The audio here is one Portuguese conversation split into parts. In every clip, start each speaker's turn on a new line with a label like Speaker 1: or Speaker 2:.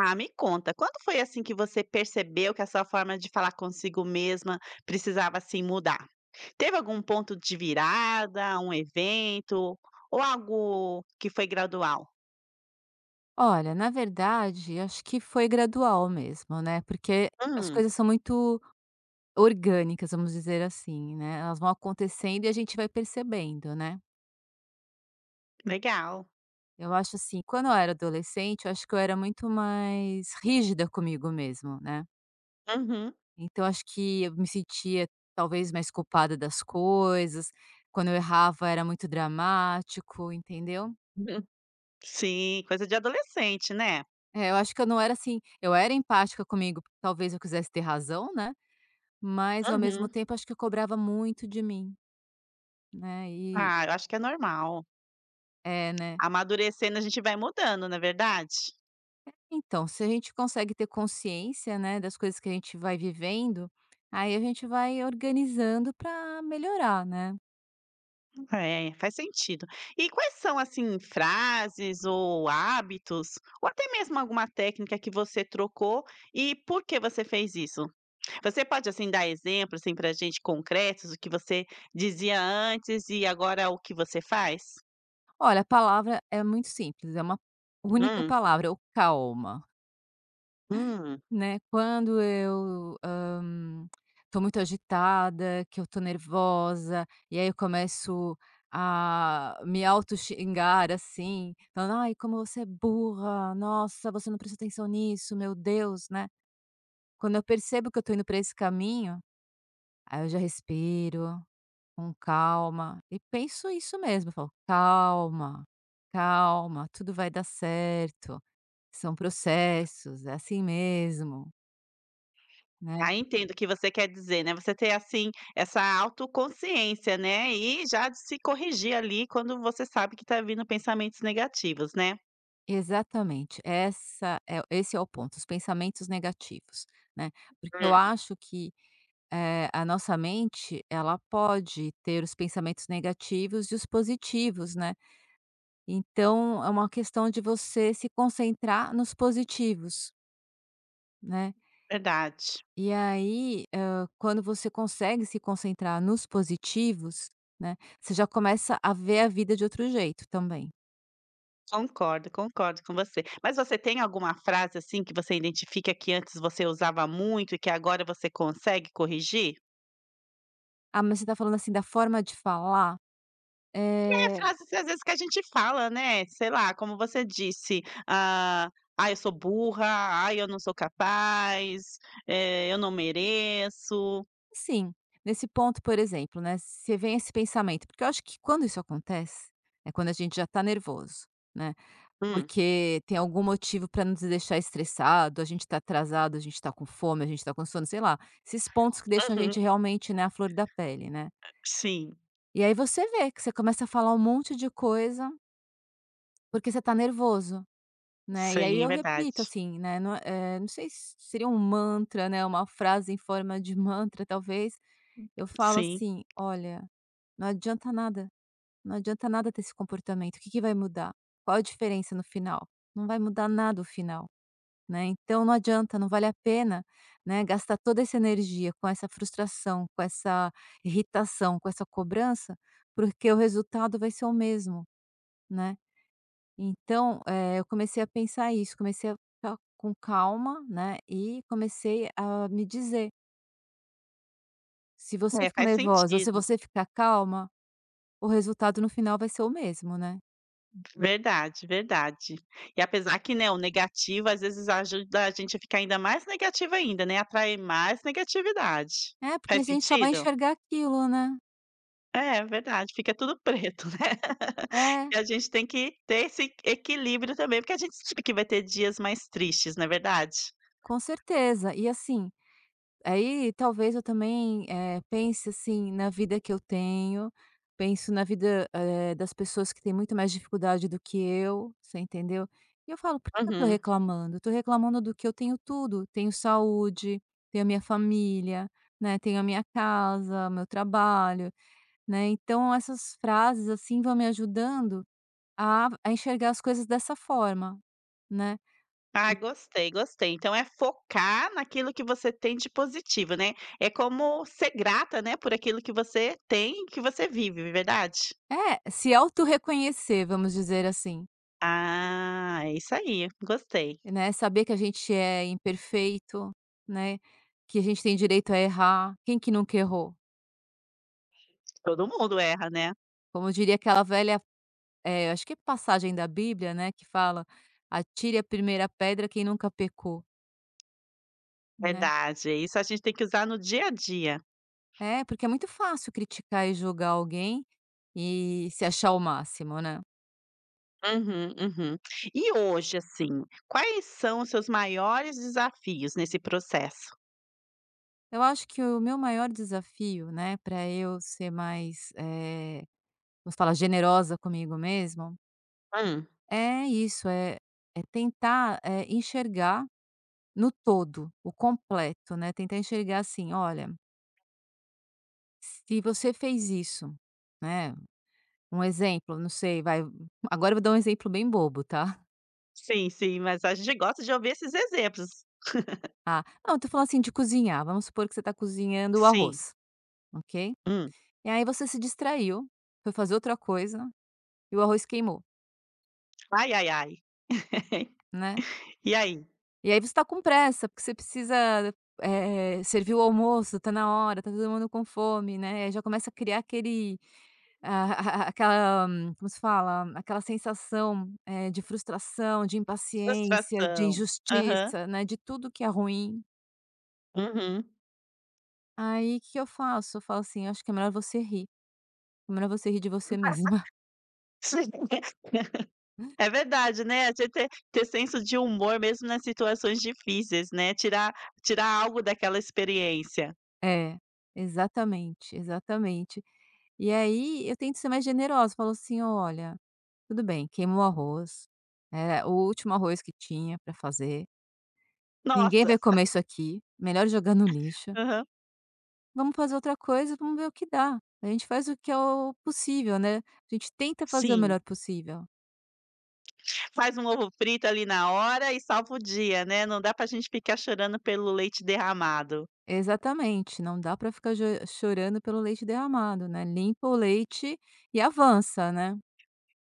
Speaker 1: Ah, me conta, quando foi, assim, que você percebeu que a sua forma de falar consigo mesma precisava, assim, mudar? Teve algum ponto de virada, um evento ou algo que foi gradual?
Speaker 2: Olha, na verdade, acho que foi gradual mesmo, né, porque as
Speaker 1: Hum,
Speaker 2: coisas são muito orgânicas, vamos dizer assim, né, elas vão acontecendo e a gente vai percebendo, né.
Speaker 1: legal.
Speaker 2: Eu acho assim, quando eu era adolescente, eu acho que eu era muito mais rígida comigo mesmo, né.
Speaker 1: Uhum.
Speaker 2: Então acho que eu me sentia talvez mais culpada das coisas, quando eu errava era muito dramático, entendeu.
Speaker 1: Uhum. Sim, coisa de adolescente, né?
Speaker 2: É, eu acho que eu não era assim, eu era empática comigo, porque talvez eu quisesse ter razão, né. Mas ao mesmo
Speaker 1: Uhum.
Speaker 2: tempo acho que cobrava muito de mim, né, e
Speaker 1: Ah, eu acho que é normal.
Speaker 2: é, né.
Speaker 1: Amadurecendo, a gente vai mudando, não é verdade?
Speaker 2: Então, se a gente consegue ter consciência, né, das coisas que a gente vai vivendo, aí a gente vai organizando para melhorar, né.
Speaker 1: É, faz sentido. E quais são, assim, frases ou hábitos, ou até mesmo alguma técnica que você trocou e por que você fez isso? Você pode, assim, dar exemplos, assim, pra gente concretos, o que você dizia antes e agora o que você faz?
Speaker 2: Olha, a palavra é muito simples, é uma única
Speaker 1: Hum,
Speaker 2: palavra, o calma.
Speaker 1: hum.
Speaker 2: Né, quando eu, tô muito agitada, que eu tô nervosa, e aí eu começo a me auto xingar assim, falando: "Ai, como você é burra, nossa, você não presta atenção nisso, meu Deus", né. Quando eu percebo que eu tô indo pra esse caminho, aí eu já respiro com calma e penso isso mesmo, eu falo: "Calma, calma, tudo vai dar certo, são processos, é assim mesmo", né.
Speaker 1: Ah, entendo o que você quer dizer, né, você ter, assim, essa autoconsciência, né, e já de se corrigir ali quando você sabe que tá vindo pensamentos negativos, né.
Speaker 2: Exatamente, essa é esse é o ponto, os pensamentos negativos, né. Porque eu
Speaker 1: Hum.
Speaker 2: acho que, a nossa mente, ela pode ter os pensamentos negativos e os positivos, né. Então é uma questão de você se concentrar nos positivos, né.
Speaker 1: Verdade.
Speaker 2: E aí, quando você consegue se concentrar nos positivos, né, você já começa a ver a vida de outro jeito também.
Speaker 1: Concordo, concordo com você. Mas você tem alguma frase, assim, que você identifica que antes você usava muito e que agora você consegue corrigir?
Speaker 2: "Ah, mas você está falando assim da forma de falar?"
Speaker 1: É
Speaker 2: Eh
Speaker 1: frases, às vezes, que a gente fala, né, sei lá, como você disse, ah: "Ai, eu sou burra. Ai, eu não sou capaz. Eu não mereço".
Speaker 2: Sim, nesse ponto, por exemplo, né, se vem esse pensamento, porque eu acho que quando isso acontece, é quando a gente já tá nervoso, né,
Speaker 1: Hum,
Speaker 2: porque tem algum motivo para nos deixar estressado, a gente tá atrasado, a gente tá com fome, a gente tá com sono, sei lá, esses pontos que deixam a
Speaker 1: uhum.
Speaker 2: gente realmente, né, à flor da pele, né.
Speaker 1: Sim,
Speaker 2: E aí você vê que você começa a falar um monte de coisa, porque você tá nervoso, né, e aí
Speaker 1: sim, é
Speaker 2: eu
Speaker 1: verdade.
Speaker 2: repito assim, né, não, não sei se seria um mantra, né, uma frase em forma de mantra talvez. Eu falo
Speaker 1: Sim,
Speaker 2: assim: "Olha, não adianta nada, não adianta nada ter esse comportamento, o que que vai mudar? Qual a diferença no final? Não vai mudar nada o final, né, então não adianta, não vale a pena, né, gastar toda essa energia com essa frustração, com essa irritação, com essa cobrança, porque o resultado vai ser o mesmo, né". Então, eu comecei a pensar isso, comecei a ficar com calma, né, e comecei a me dizer: "Se você
Speaker 1: é,
Speaker 2: ficar
Speaker 1: faz
Speaker 2: nervosa ou se
Speaker 1: sentido.
Speaker 2: você ficar calma, o resultado no final vai ser o mesmo, né.
Speaker 1: Verdade, verdade. E apesar que, né, o negativo às vezes ajuda a gente a ficar ainda mais negativa ainda, né, atrai mais negatividade.
Speaker 2: É, porque
Speaker 1: Faz
Speaker 2: a gente só vai
Speaker 1: sentido?
Speaker 2: enxergar aquilo, né.
Speaker 1: É, verdade, fica tudo preto, né.
Speaker 2: É,
Speaker 1: E a gente tem que ter esse equilíbrio também, porque a gente sabe que vai ter dias mais tristes, não é verdade?
Speaker 2: com certeza. E assim, aí talvez eu também, pense, assim, na vida que eu tenho, penso na vida, das pessoas que têm muito mais dificuldade do que eu, você entendeu. E eu falo: "Por que que eu tô
Speaker 1: Uhum.
Speaker 2: reclamando? Eu tô reclamando do que? Eu tenho tudo, tenho saúde, tenho a minha família, né, tenho a minha casa, meu trabalho", né. Então essas frases, assim, vão me ajudando a enxergar as coisas dessa forma, né.
Speaker 1: Ah, gostei, gostei. Então é focar naquilo que você tem de positivo, né. É como ser grata, né, por aquilo que você tem e que você vive, verdade?
Speaker 2: É, se autorreconhecer, vamos dizer assim,
Speaker 1: Ah, é isso aí, gostei.
Speaker 2: né, saber que a gente é imperfeito, né, que a gente tem direito a errar, quem que nunca errou?
Speaker 1: Todo mundo erra, né.
Speaker 2: Como diria aquela velha, acho que é passagem da Bíblia, né, que fala: "Atire a primeira pedra quem nunca pecou", né.
Speaker 1: Verdade, isso a gente tem que usar no dia a dia.
Speaker 2: É, porque é muito fácil criticar e julgar alguém e se achar o máximo, né.
Speaker 1: Uhum, uhum. E hoje, assim, quais são os seus maiores desafios nesse processo?
Speaker 2: Eu acho que o meu maior desafio, né, para eu ser mais, vamos falar, generosa comigo mesmo,
Speaker 1: Hum.
Speaker 2: é isso, é tentar, enxergar no todo, o completo, né, tentar enxergar assim: "Olha, se você fez isso", né, um exemplo, não sei, vai, agora eu vou dar um exemplo bem bobo, tá.
Speaker 1: Sim, sim, mas a gente gosta de ouvir esses exemplos.
Speaker 2: Ah, não, eu tô falando assim de cozinhar, vamos supor que você tá cozinhando o
Speaker 1: Sim.
Speaker 2: arroz, ok.
Speaker 1: Hum.
Speaker 2: E aí você se distraiu, foi fazer outra coisa e o arroz queimou,
Speaker 1: Ai, ai, ai.
Speaker 2: né.
Speaker 1: E aí?
Speaker 2: E aí você tá com pressa, porque você precisa, servir o almoço, tá na hora, tá todo mundo com fome, né, aí já começa a criar aquele, aquela, como se fala? Aquela sensação, de frustração, de impaciência, de
Speaker 1: Frustração. Aham.
Speaker 2: injustiça, né, de tudo que é ruim.
Speaker 1: Uhum.
Speaker 2: Aí o que que eu faço? Eu falo assim: "Acho que é melhor você rir, é melhor você rir de você mesma".
Speaker 1: É verdade, né, a gente ter senso de humor mesmo nas situações difíceis, né, tirar algo daquela experiência.
Speaker 2: É, exatamente, exatamente. E aí eu tento ser mais generosa, falo assim: "Olha, tudo bem, queima o arroz, é o último arroz que tinha para fazer, ninguém
Speaker 1: Nossa,
Speaker 2: vai comer isso aqui, melhor jogar no lixo,
Speaker 1: aham,
Speaker 2: vamos fazer outra coisa, vamos ver o que dá. A gente faz o que é o possível, né, a gente tenta fazer o
Speaker 1: sim.
Speaker 2: melhor possível.
Speaker 1: Faz um ovo frito ali na hora e salva o dia, né, não dá pra gente ficar chorando pelo leite derramado.
Speaker 2: Exatamente, não dá para ficar jo chorando pelo leite derramado, né, limpa o leite e avança, né.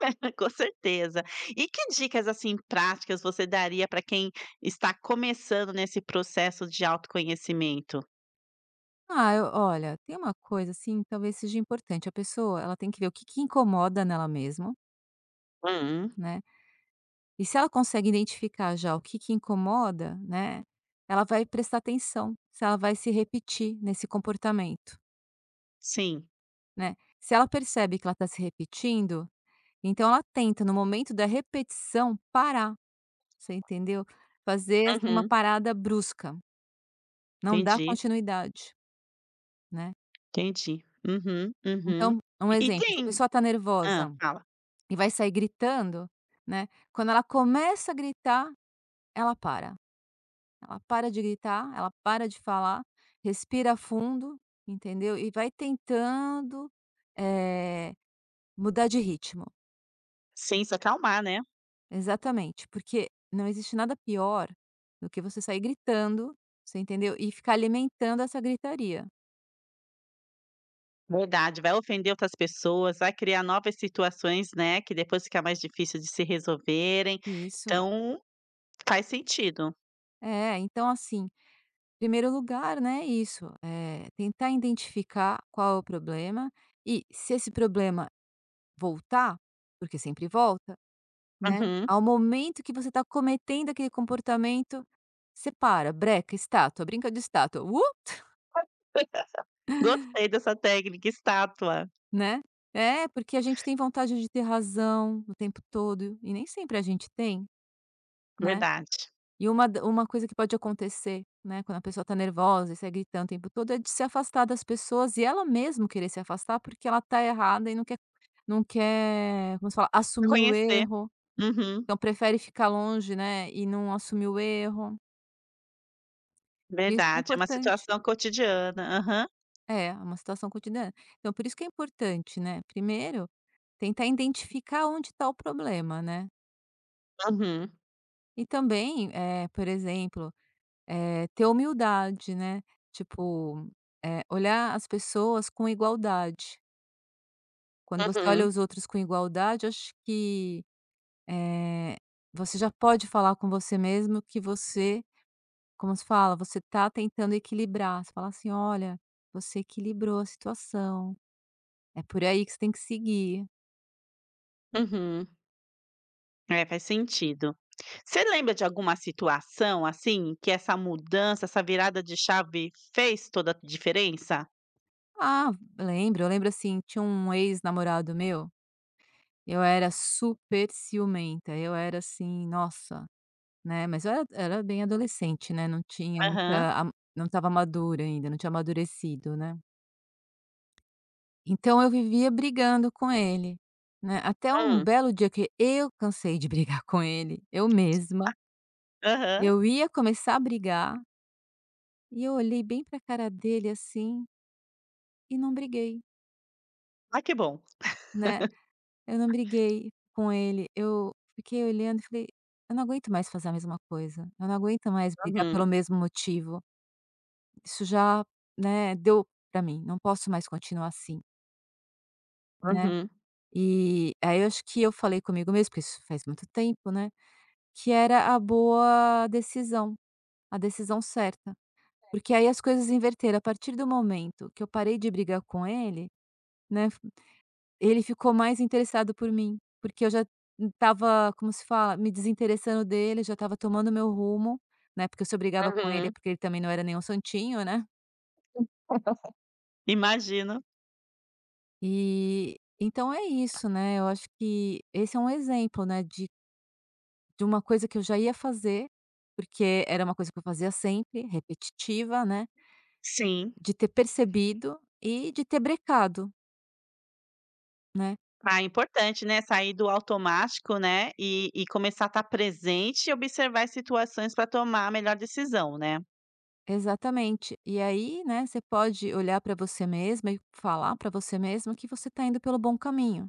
Speaker 1: Com certeza. E que dicas, assim, práticas você daria para quem está começando nesse processo de autoconhecimento?
Speaker 2: Ah, eu olha, tem uma coisa, assim, talvez seja importante, a pessoa ela tem que ver o que que incomoda nela mesmo,
Speaker 1: Hum,
Speaker 2: né. E se ela consegue identificar já o que que incomoda, né, ela vai prestar atenção se ela vai se repetir nesse comportamento,
Speaker 1: sim.
Speaker 2: né. Se ela percebe que ela está se repetindo, então ela tenta no momento da repetição parar, você entendeu? Fazer, assim, uma
Speaker 1: Uhum.
Speaker 2: parada brusca, não dar
Speaker 1: Entendi,
Speaker 2: continuidade, né.
Speaker 1: entendi. Uhum, uhum.
Speaker 2: Então, um
Speaker 1: E
Speaker 2: exemplo, se a
Speaker 1: tem
Speaker 2: pessoa está nervosa
Speaker 1: Fala.
Speaker 2: e vai sair gritando, né, quando ela começa a gritar, ela para. Ela para de gritar, ela para de falar, respira fundo, entendeu? E vai tentando, eh, mudar de ritmo.
Speaker 1: Sem se acalmar, né.
Speaker 2: Exatamente, porque não existe nada pior do que você sair gritando, você entendeu? E ficar alimentando essa gritaria.
Speaker 1: Verdade, vai ofender outras pessoas, vai criar novas situações, né, que depois fica mais difícil de se resolverem,
Speaker 2: Isso.
Speaker 1: então faz sentido.
Speaker 2: É, então assim, primeiro lugar, né, isso, tentar identificar qual é o problema e se esse problema voltar, porque sempre volta, né,
Speaker 1: Uhum.
Speaker 2: ao momento que você está cometendo aquele comportamento, você para, breca, estátua, brinca de estátua,
Speaker 1: Gostei dessa técnica estátua,
Speaker 2: né. É, porque a gente tem vontade de ter razão o tempo todo e nem sempre a gente tem, né.
Speaker 1: verdade.
Speaker 2: E uma coisa que pode acontecer, né, quando a pessoa está nervosa e sai gritando o tempo todo, é de se afastar das pessoas e ela mesmo querer se afastar, porque ela está errada e não quer, como se fala, assumir o
Speaker 1: Reconhecer.
Speaker 2: erro,
Speaker 1: Uhum,
Speaker 2: então prefere ficar longe, né, e não assumir o erro, isso é
Speaker 1: verdade, é uma
Speaker 2: importante.
Speaker 1: situação cotidiana. Aham.
Speaker 2: É, é uma situação cotidiana. Então por isso que é importante, né, primeiro, tentar identificar onde está o problema, né.
Speaker 1: Uhum,
Speaker 2: E também, por exemplo, ter humildade, né, tipo, olhar as pessoas com igualdade. Quando você olha
Speaker 1: uhum,
Speaker 2: os outros com igualdade, acho que, eh, você já pode falar com você mesmo que você, como se fala, você está tentando equilibrar, você fala assim: "Olha, você equilibrou a situação, é por aí que você tem que seguir".
Speaker 1: uhum. É, faz sentido. Você lembra de alguma situação, assim, que essa mudança, essa virada de chave fez toda a diferença?
Speaker 2: Ah, lembro. Eu lembro, assim, tinha um ex-namorado meu, eu era super ciumenta, eu era assim, nossa, né, mas eu era bem adolescente, né, não tinha
Speaker 1: Aham.
Speaker 2: muita a, não estava madura ainda, não tinha amadurecido, né. Então eu vivia brigando com ele, né, até um
Speaker 1: Hum.
Speaker 2: belo dia que eu cansei de brigar com ele, eu mesma,
Speaker 1: Aham.
Speaker 2: eu ia começar a brigar, e eu olhei bem para a cara dele, assim, e não briguei,
Speaker 1: Ah, que bom.
Speaker 2: né. Eu não briguei com ele, eu fiquei olhando e falei: "Eu não aguento mais fazer a mesma coisa, eu não aguento mais brigar
Speaker 1: Uhum,
Speaker 2: pelo mesmo motivo, isso já, né, deu pra mim, não posso mais continuar assim", né.
Speaker 1: uhum,
Speaker 2: E aí eu acho que eu falei comigo mesmo, porque isso faz muito tempo, né, que era a boa decisão, a decisão certa, porque aí as coisas inverteram, a partir do momento que eu parei de brigar com ele, né. Ele ficou mais interessado por mim, porque eu já estava, como se fala, me desinteressando dele, já estava tomando meu rumo, né, porque eu se brigava com ele, é
Speaker 1: uhum.
Speaker 2: porque ele também não era nenhum santinho, né.
Speaker 1: Imagino.
Speaker 2: E então é isso, né, eu acho que esse é um exemplo, né, de uma coisa que eu já ia fazer, porque era uma coisa que eu fazia sempre, repetitiva, né,
Speaker 1: Sim.
Speaker 2: de ter percebido e de ter brecado, né.
Speaker 1: Ah, é importante, né, sair do automático, né, e começar a estar presente e observar as situações pra tomar a melhor decisão, né.
Speaker 2: Exatamente. E aí, né, você pode olhar para você mesma e falar para você mesma que você está indo pelo bom caminho,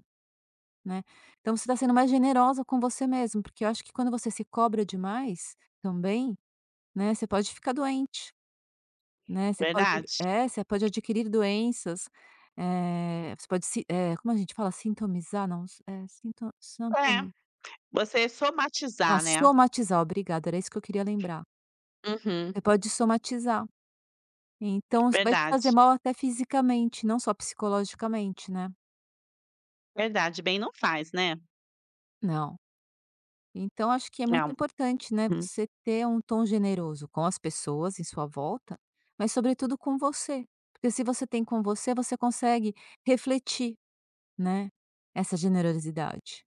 Speaker 2: né? Então você está sendo mais generosa com você mesmo, porque eu acho que quando você se cobra demais também, né, você pode ficar doente, né? Você pode,
Speaker 1: Verdade.
Speaker 2: é, você pode adquirir doenças, você pode se, como a gente fala, sintomizar, não, é, sinto,
Speaker 1: É,
Speaker 2: sintome-
Speaker 1: você
Speaker 2: ah,
Speaker 1: somatizar, né.
Speaker 2: somatizar, obrigada, era isso que eu queria lembrar.
Speaker 1: Uhum.
Speaker 2: Você pode somatizar. Então isso vai te fazer
Speaker 1: Verdade,
Speaker 2: mal até fisicamente, não só psicologicamente, né.
Speaker 1: verdade. Bem não faz, né.
Speaker 2: Não. Então acho que é muito
Speaker 1: Não.
Speaker 2: importante, né, você ter um tom generoso com as pessoas em sua volta, mas sobretudo com você. Porque se você tem com você, você consegue refletir, né, essa generosidade.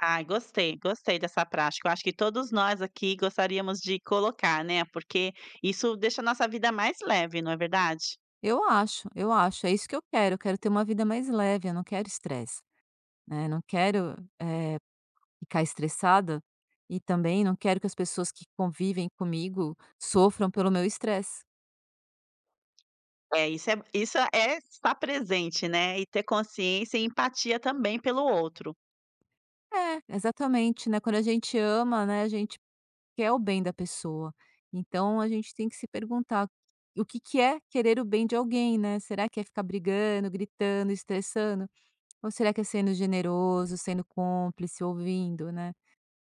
Speaker 1: Ai, gostei, gostei dessa prática. Eu acho que todos nós aqui gostaríamos de colocar, né, porque isso deixa a nossa vida mais leve, não é verdade?
Speaker 2: Eu acho, é isso que eu quero ter uma vida mais leve, eu não quero estresse, né, não quero, eh, ficar estressada e também não quero que as pessoas que convivem comigo sofram pelo meu estresse.
Speaker 1: É, isso é estar presente, né, e ter consciência e empatia também pelo outro.
Speaker 2: É, exatamente, né, quando a gente ama, né, a gente quer o bem da pessoa, então a gente tem que se perguntar o que que é querer o bem de alguém, né, será que é ficar brigando, gritando, estressando? Ou será que é sendo generoso, sendo cúmplice, ouvindo, né?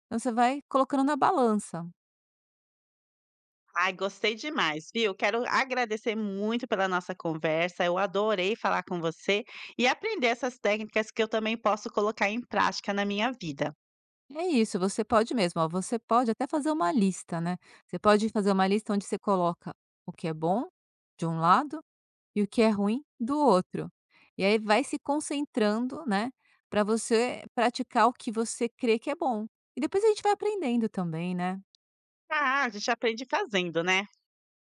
Speaker 2: Então você vai colocando na balança.
Speaker 1: Ai, gostei demais, viu? Quero agradecer muito pela nossa conversa. Eu adorei falar com você e aprender essas técnicas que eu também posso colocar em prática na minha vida.
Speaker 2: É isso, você pode mesmo, ó, você pode até fazer uma lista, né, você pode fazer uma lista onde você coloca o que é bom, de um lado, e o que é ruim do outro. E aí vai se concentrando, né, para você praticar o que você crê que é bom. E depois a gente vai aprendendo também, né?
Speaker 1: Ah, a gente aprende fazendo, né?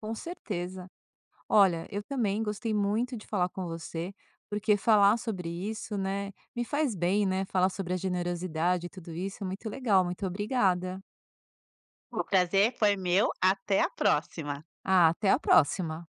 Speaker 2: Com certeza. Olha, eu também gostei muito de falar com você, porque falar sobre isso, né, me faz bem, né? Falar sobre a generosidade e tudo isso é muito legal. Muito obrigada.
Speaker 1: O prazer foi meu. Até a próxima.
Speaker 2: Ah, até a próxima.